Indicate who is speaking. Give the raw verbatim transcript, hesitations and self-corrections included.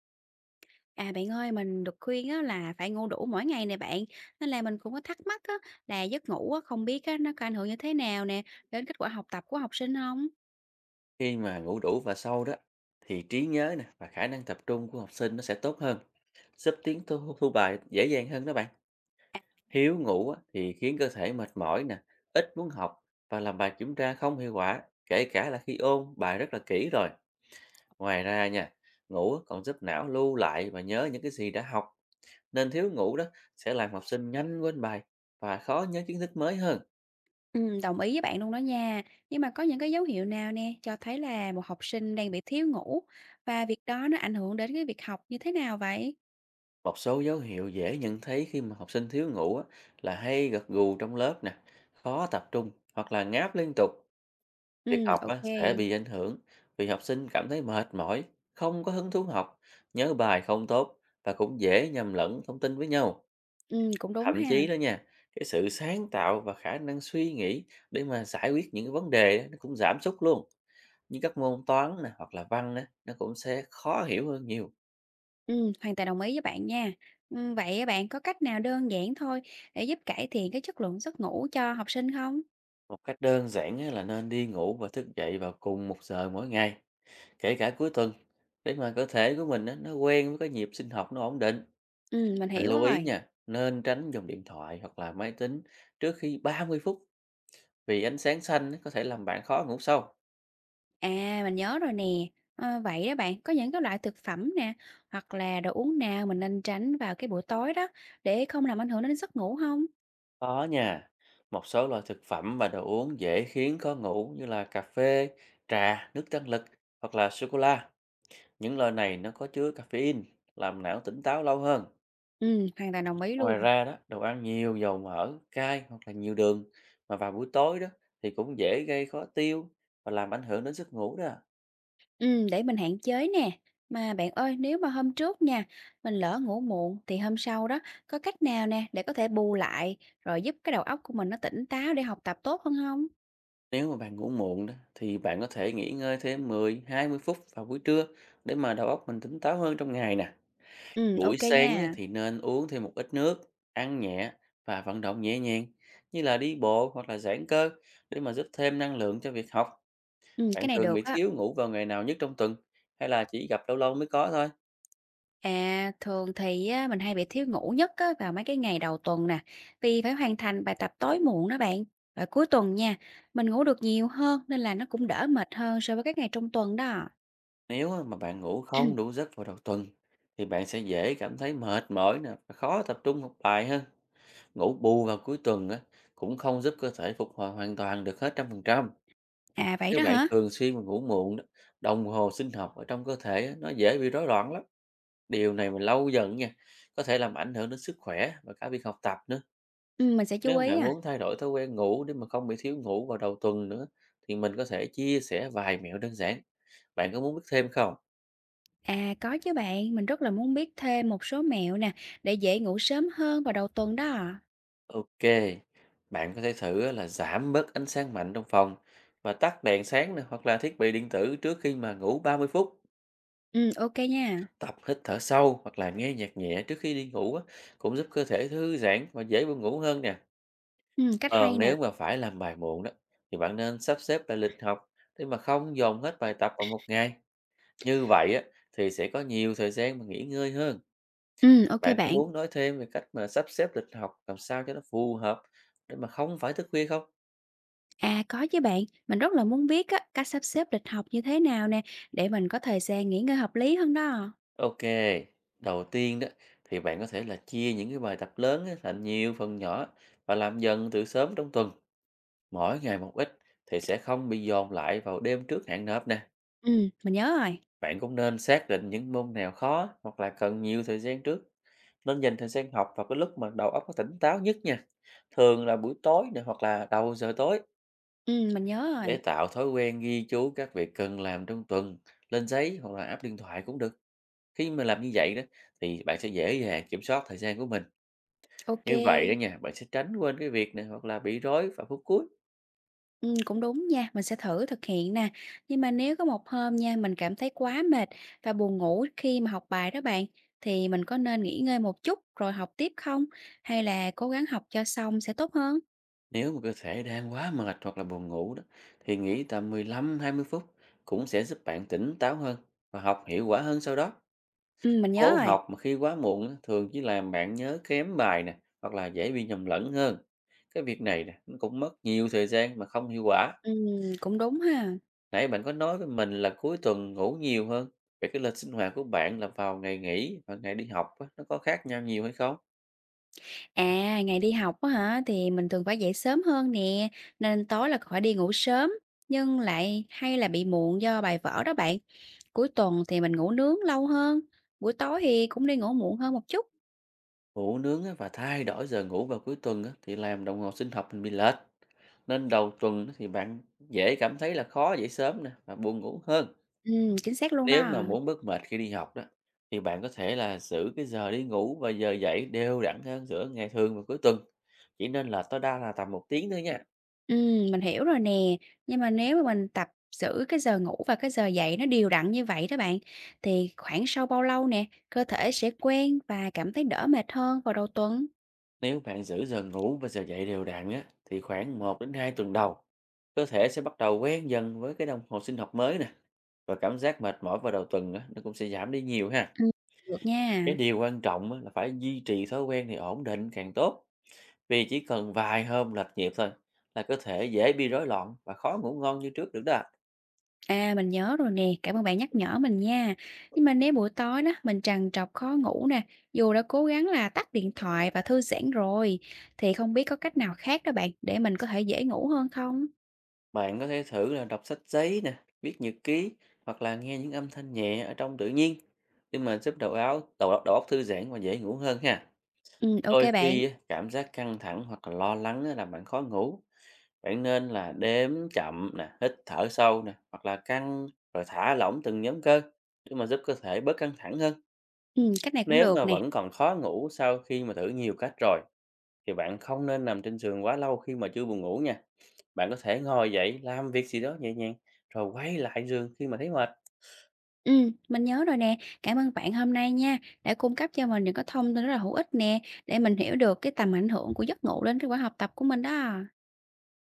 Speaker 1: À, bạn ơi, mình được khuyên á là phải ngủ đủ mỗi ngày nè bạn, nên là mình cũng có thắc mắc á là giấc ngủ á, không biết á nó có ảnh hưởng như thế nào nè đến kết quả học tập của học sinh không.
Speaker 2: Khi mà ngủ đủ và sâu đó thì trí nhớ nè và khả năng tập trung của học sinh nó sẽ tốt hơn, giúp tiến thu, thu bài dễ dàng hơn đó bạn.
Speaker 1: À,
Speaker 2: Thiếu ngủ á, thì khiến cơ thể mệt mỏi nè, ít muốn học và làm bài kiểm tra không hiệu quả, kể cả là khi ôn bài rất là kỹ rồi. Ngoài ra nha, ngủ á, còn giúp não lưu lại và nhớ những cái gì đã học, nên thiếu ngủ đó sẽ làm học sinh nhanh quên bài và khó nhớ kiến thức mới hơn.
Speaker 1: ừm, đồng ý với bạn luôn đó nha, nhưng mà có những cái dấu hiệu nào nè cho thấy là một học sinh đang bị thiếu ngủ và việc đó nó ảnh hưởng đến cái việc học như thế nào vậy?
Speaker 2: Một số dấu hiệu dễ nhận thấy khi mà học sinh thiếu ngủ á, là hay gật gù trong lớp nè, khó tập trung hoặc là ngáp liên tục. Việc
Speaker 1: Ừm,
Speaker 2: học
Speaker 1: ô
Speaker 2: á,
Speaker 1: kê,
Speaker 2: sẽ bị ảnh hưởng vì học sinh cảm thấy mệt mỏi, không có hứng thú học, nhớ bài không tốt và cũng dễ nhầm lẫn thông tin với nhau.
Speaker 1: cũng đúng
Speaker 2: Thậm
Speaker 1: ha.
Speaker 2: chí đó nha, cái sự sáng tạo và khả năng suy nghĩ để mà giải quyết những cái vấn đề á, nó cũng giảm sút luôn. Như các môn toán nè hoặc là văn á, nó cũng sẽ khó hiểu hơn nhiều.
Speaker 1: Ừm, hoàn toàn đồng ý với bạn nha. Ừm, vậy bạn có cách nào đơn giản thôi để giúp cải thiện cái chất lượng giấc ngủ cho học sinh không?
Speaker 2: Một cách đơn giản á là nên đi ngủ và thức dậy vào cùng một giờ mỗi ngày, kể cả cuối tuần, để mà cơ thể của mình á, nó quen với cái nhịp sinh học nó ổn định.
Speaker 1: Ừm, mình
Speaker 2: Mình
Speaker 1: hiểu
Speaker 2: lưu ý
Speaker 1: rồi.
Speaker 2: nha, nên tránh dùng điện thoại hoặc là máy tính trước khi ba mươi phút vì ánh sáng xanh nó có thể làm bạn khó ngủ sâu.
Speaker 1: À, mình nhớ rồi nè. Ờ, vậy đó bạn, có những cái loại thực phẩm nè, hoặc là đồ uống nào mình nên tránh vào cái buổi tối đó để không làm ảnh hưởng đến giấc ngủ không?
Speaker 2: Có nha, một số loại thực phẩm và đồ uống dễ khiến khó ngủ như là cà phê, trà, nước tăng lực hoặc là sô cô la. Những loại này nó có chứa caffeine, làm não tỉnh táo lâu hơn.
Speaker 1: Ừ, hoàn toàn đồng ý
Speaker 2: Ngoài
Speaker 1: luôn.
Speaker 2: ra đó, đồ ăn nhiều dầu mỡ, cay hoặc là nhiều đường mà vào buổi tối đó thì cũng dễ gây khó tiêu và làm ảnh hưởng đến giấc ngủ đó.
Speaker 1: Ừ, để mình hạn chế nè. Mà bạn ơi, nếu mà hôm trước nha, mình lỡ ngủ muộn thì hôm sau đó có cách nào nè để có thể bù lại rồi giúp cái đầu óc của mình nó tỉnh táo để học tập tốt hơn không?
Speaker 2: Nếu mà bạn ngủ muộn đó thì bạn có thể nghỉ ngơi thêm mười, hai mươi phút vào buổi trưa để mà đầu óc mình tỉnh táo hơn trong ngày nè.
Speaker 1: Ừ,
Speaker 2: Buổi
Speaker 1: ok
Speaker 2: sáng á,
Speaker 1: nha.
Speaker 2: thì nên uống thêm một ít nước, ăn nhẹ và vận động nhẹ nhàng như là đi bộ hoặc là giãn cơ để mà giúp thêm năng lượng cho việc học.
Speaker 1: Ừ,
Speaker 2: Bạn
Speaker 1: cái này
Speaker 2: thường
Speaker 1: được
Speaker 2: bị
Speaker 1: á.
Speaker 2: thiếu ngủ vào ngày nào nhất trong tuần hay là chỉ gặp lâu lâu mới có thôi?
Speaker 1: À, thường thì á, mình hay bị thiếu ngủ nhất á, vào mấy cái ngày đầu tuần nè, vì phải hoàn thành bài tập tối muộn đó bạn. Và cuối tuần nha, mình ngủ được nhiều hơn nên là nó cũng đỡ mệt hơn so với các ngày trong tuần đó.
Speaker 2: Nếu á mà bạn ngủ không đủ giấc vào đầu tuần thì bạn sẽ dễ cảm thấy mệt mỏi nè và khó tập trung học bài hơn. Ngủ bù vào cuối tuần á cũng không giúp cơ thể phục hồi hoàn toàn được hết trăm phần trăm.
Speaker 1: À vậy
Speaker 2: Nếu
Speaker 1: đó
Speaker 2: bạn
Speaker 1: hả?
Speaker 2: thường xuyên mà ngủ muộn đó, đồng hồ sinh học ở trong cơ thể á, nó dễ bị rối loạn lắm. Điều này mà lâu dần nha, có thể làm ảnh hưởng đến sức khỏe và cả việc học tập nữa.
Speaker 1: Ừ, mình sẽ chú
Speaker 2: Nếu
Speaker 1: ý
Speaker 2: bạn
Speaker 1: à.
Speaker 2: muốn thay đổi thói quen ngủ để mà không bị thiếu ngủ vào đầu tuần nữa thì mình có thể chia sẻ vài mẹo đơn giản. Bạn có muốn biết thêm không?
Speaker 1: À có chứ bạn, mình rất là muốn biết thêm một số mẹo nè để dễ ngủ sớm hơn vào đầu tuần đó.
Speaker 2: Ok, bạn có thể thử á là giảm bớt ánh sáng mạnh trong phòng và tắt đèn sáng nè, hoặc là thiết bị điện tử trước khi mà ngủ ba mươi phút.
Speaker 1: Ừ, ok nha.
Speaker 2: Tập hít thở sâu hoặc là nghe nhạc nhẹ trước khi đi ngủ á, cũng giúp cơ thể thư giãn và dễ buồn ngủ hơn nè.
Speaker 1: Ừ, cách
Speaker 2: Còn
Speaker 1: hay nè.
Speaker 2: nếu mà phải làm bài muộn đó thì bạn nên sắp xếp lại lịch học để mà không dồn hết bài tập vào một ngày. Như vậy á thì sẽ có nhiều thời gian mà nghỉ ngơi hơn.
Speaker 1: Ừ, ok
Speaker 2: Bạn có
Speaker 1: bạn.
Speaker 2: muốn nói thêm về cách mà sắp xếp lịch học làm sao cho nó phù hợp để mà không phải thức khuya không?
Speaker 1: À, có chứ bạn, mình rất là muốn biết á, cách sắp xếp lịch học như thế nào nè, để mình có thời gian nghỉ ngơi hợp lý hơn đó.
Speaker 2: Ok, đầu tiên đó thì bạn có thể là chia những cái bài tập lớn á thành nhiều phần nhỏ và làm dần từ sớm trong tuần, mỗi ngày một ít thì sẽ không bị dồn lại vào đêm trước hạn nộp nè.
Speaker 1: Ừ, mình nhớ rồi.
Speaker 2: Bạn cũng nên xác định những môn nào khó hoặc là cần nhiều thời gian trước, nên dành thời gian học vào cái lúc mà đầu óc nó tỉnh táo nhất nha. Thường là buổi tối này hoặc là đầu giờ tối
Speaker 1: Ừ, mình nhớ
Speaker 2: để
Speaker 1: rồi.
Speaker 2: tạo thói quen ghi chú các việc cần làm trong tuần lên giấy hoặc là app điện thoại cũng được. Khi mà làm như vậy đó thì bạn sẽ dễ dàng kiểm soát thời gian của mình.
Speaker 1: Ok.
Speaker 2: Như vậy đó nha, bạn sẽ tránh quên cái việc này hoặc là bị rối vào phút cuối.
Speaker 1: Ừ, cũng đúng nha, mình sẽ thử thực hiện nè. Nhưng mà nếu có một hôm nha, mình cảm thấy quá mệt và buồn ngủ khi mà học bài đó bạn, thì mình có nên nghỉ ngơi một chút rồi học tiếp không? Hay là cố gắng học cho xong sẽ tốt hơn?
Speaker 2: Nếu mà cơ thể đang quá mệt hoặc là buồn ngủ đó, thì nghỉ tầm mười lăm đến hai mươi phút cũng sẽ giúp bạn tỉnh táo hơn và học hiệu quả hơn sau đó.
Speaker 1: Ừ, mình nhớ
Speaker 2: Cố
Speaker 1: rồi.
Speaker 2: học mà khi quá muộn á, thường chỉ làm bạn nhớ kém bài nè hoặc là dễ bị nhầm lẫn hơn. Cái việc này nè, nó cũng mất nhiều thời gian mà không hiệu quả.
Speaker 1: Ừ, cũng đúng ha.
Speaker 2: Nãy bạn có nói với mình là cuối tuần ngủ nhiều hơn. Vậy cái lịch sinh hoạt của bạn là vào ngày nghỉ và ngày đi học á, nó có khác nhau nhiều hay không?
Speaker 1: À, ngày đi học á hả, thì mình thường phải dậy sớm hơn nè, nên tối là khỏi đi ngủ sớm, nhưng lại hay là bị muộn do bài vở đó bạn. Cuối tuần thì mình ngủ nướng lâu hơn, buổi tối thì cũng đi ngủ muộn hơn một chút.
Speaker 2: Ngủ nướng á và thay đổi giờ ngủ vào cuối tuần á thì làm đồng hồ sinh học mình bị lệch. Nên đầu tuần á thì bạn dễ cảm thấy là khó dậy sớm nè và buồn ngủ hơn.
Speaker 1: Ừ, chính xác luôn
Speaker 2: Nếu
Speaker 1: đó.
Speaker 2: mà muốn bớt mệt khi đi học đó thì bạn có thể là giữ cái giờ đi ngủ và giờ dậy đều đặn hơn giữa ngày thường và cuối tuần. Chỉ nên là tối đa là tầm một tiếng thôi nha.
Speaker 1: Ừ, mình hiểu rồi nè, nhưng mà nếu mà mình tập giữ cái giờ ngủ và cái giờ dậy nó đều đặn như vậy đó bạn, thì khoảng sau bao lâu nè, cơ thể sẽ quen và cảm thấy đỡ mệt hơn vào đầu tuần?
Speaker 2: Nếu bạn giữ giờ ngủ và giờ dậy đều đặn á thì khoảng một đến hai tuần đầu cơ thể sẽ bắt đầu quen dần với cái đồng hồ sinh học mới nè và cảm giác mệt mỏi vào đầu tuần á, nó cũng sẽ giảm đi nhiều ha.
Speaker 1: Ừ, được
Speaker 2: Cái
Speaker 1: nha.
Speaker 2: điều quan trọng á là phải duy trì thói quen thì ổn định càng tốt, vì chỉ cần vài hôm lệch nhịp thôi là cơ thể dễ bị rối loạn và khó ngủ ngon như trước được đó.
Speaker 1: À, mình nhớ rồi nè, cảm ơn bạn nhắc nhở mình nha. Nhưng mà nếu buổi tối đó mình trằn trọc khó ngủ nè, dù đã cố gắng là tắt điện thoại và thư giãn rồi, thì không biết có cách nào khác đó bạn để mình có thể dễ ngủ hơn không?
Speaker 2: Bạn có thể thử là đọc sách giấy nè, viết nhật ký hoặc là nghe những âm thanh nhẹ ở trong tự nhiên để mà giúp đầu óc đầu, óc- đầu óc thư giãn và dễ ngủ hơn ha.
Speaker 1: Ừ, ok
Speaker 2: Đôi
Speaker 1: bạn.
Speaker 2: khi á, cảm giác căng thẳng hoặc là lo lắng á làm bạn khó ngủ. Bạn nên là đếm chậm nè, hít thở sâu nè, hoặc là căng rồi thả lỏng từng nhóm cơ để mà giúp cơ thể bớt căng thẳng hơn.
Speaker 1: Ừ, cách này cũng
Speaker 2: Nếu mà
Speaker 1: được nè.
Speaker 2: vẫn còn khó ngủ sau khi mà thử nhiều cách rồi thì bạn không nên nằm trên giường quá lâu khi mà chưa buồn ngủ nha. Bạn có thể ngồi dậy làm việc gì đó nhẹ nhàng rồi quay lại giường khi mà thấy mệt.
Speaker 1: Ừ, mình nhớ rồi nè. Cảm ơn bạn hôm nay nha, đã cung cấp cho mình những cái thông tin rất là hữu ích nè, để mình hiểu được cái tầm ảnh hưởng của giấc ngủ đến cái quả học tập của mình đó.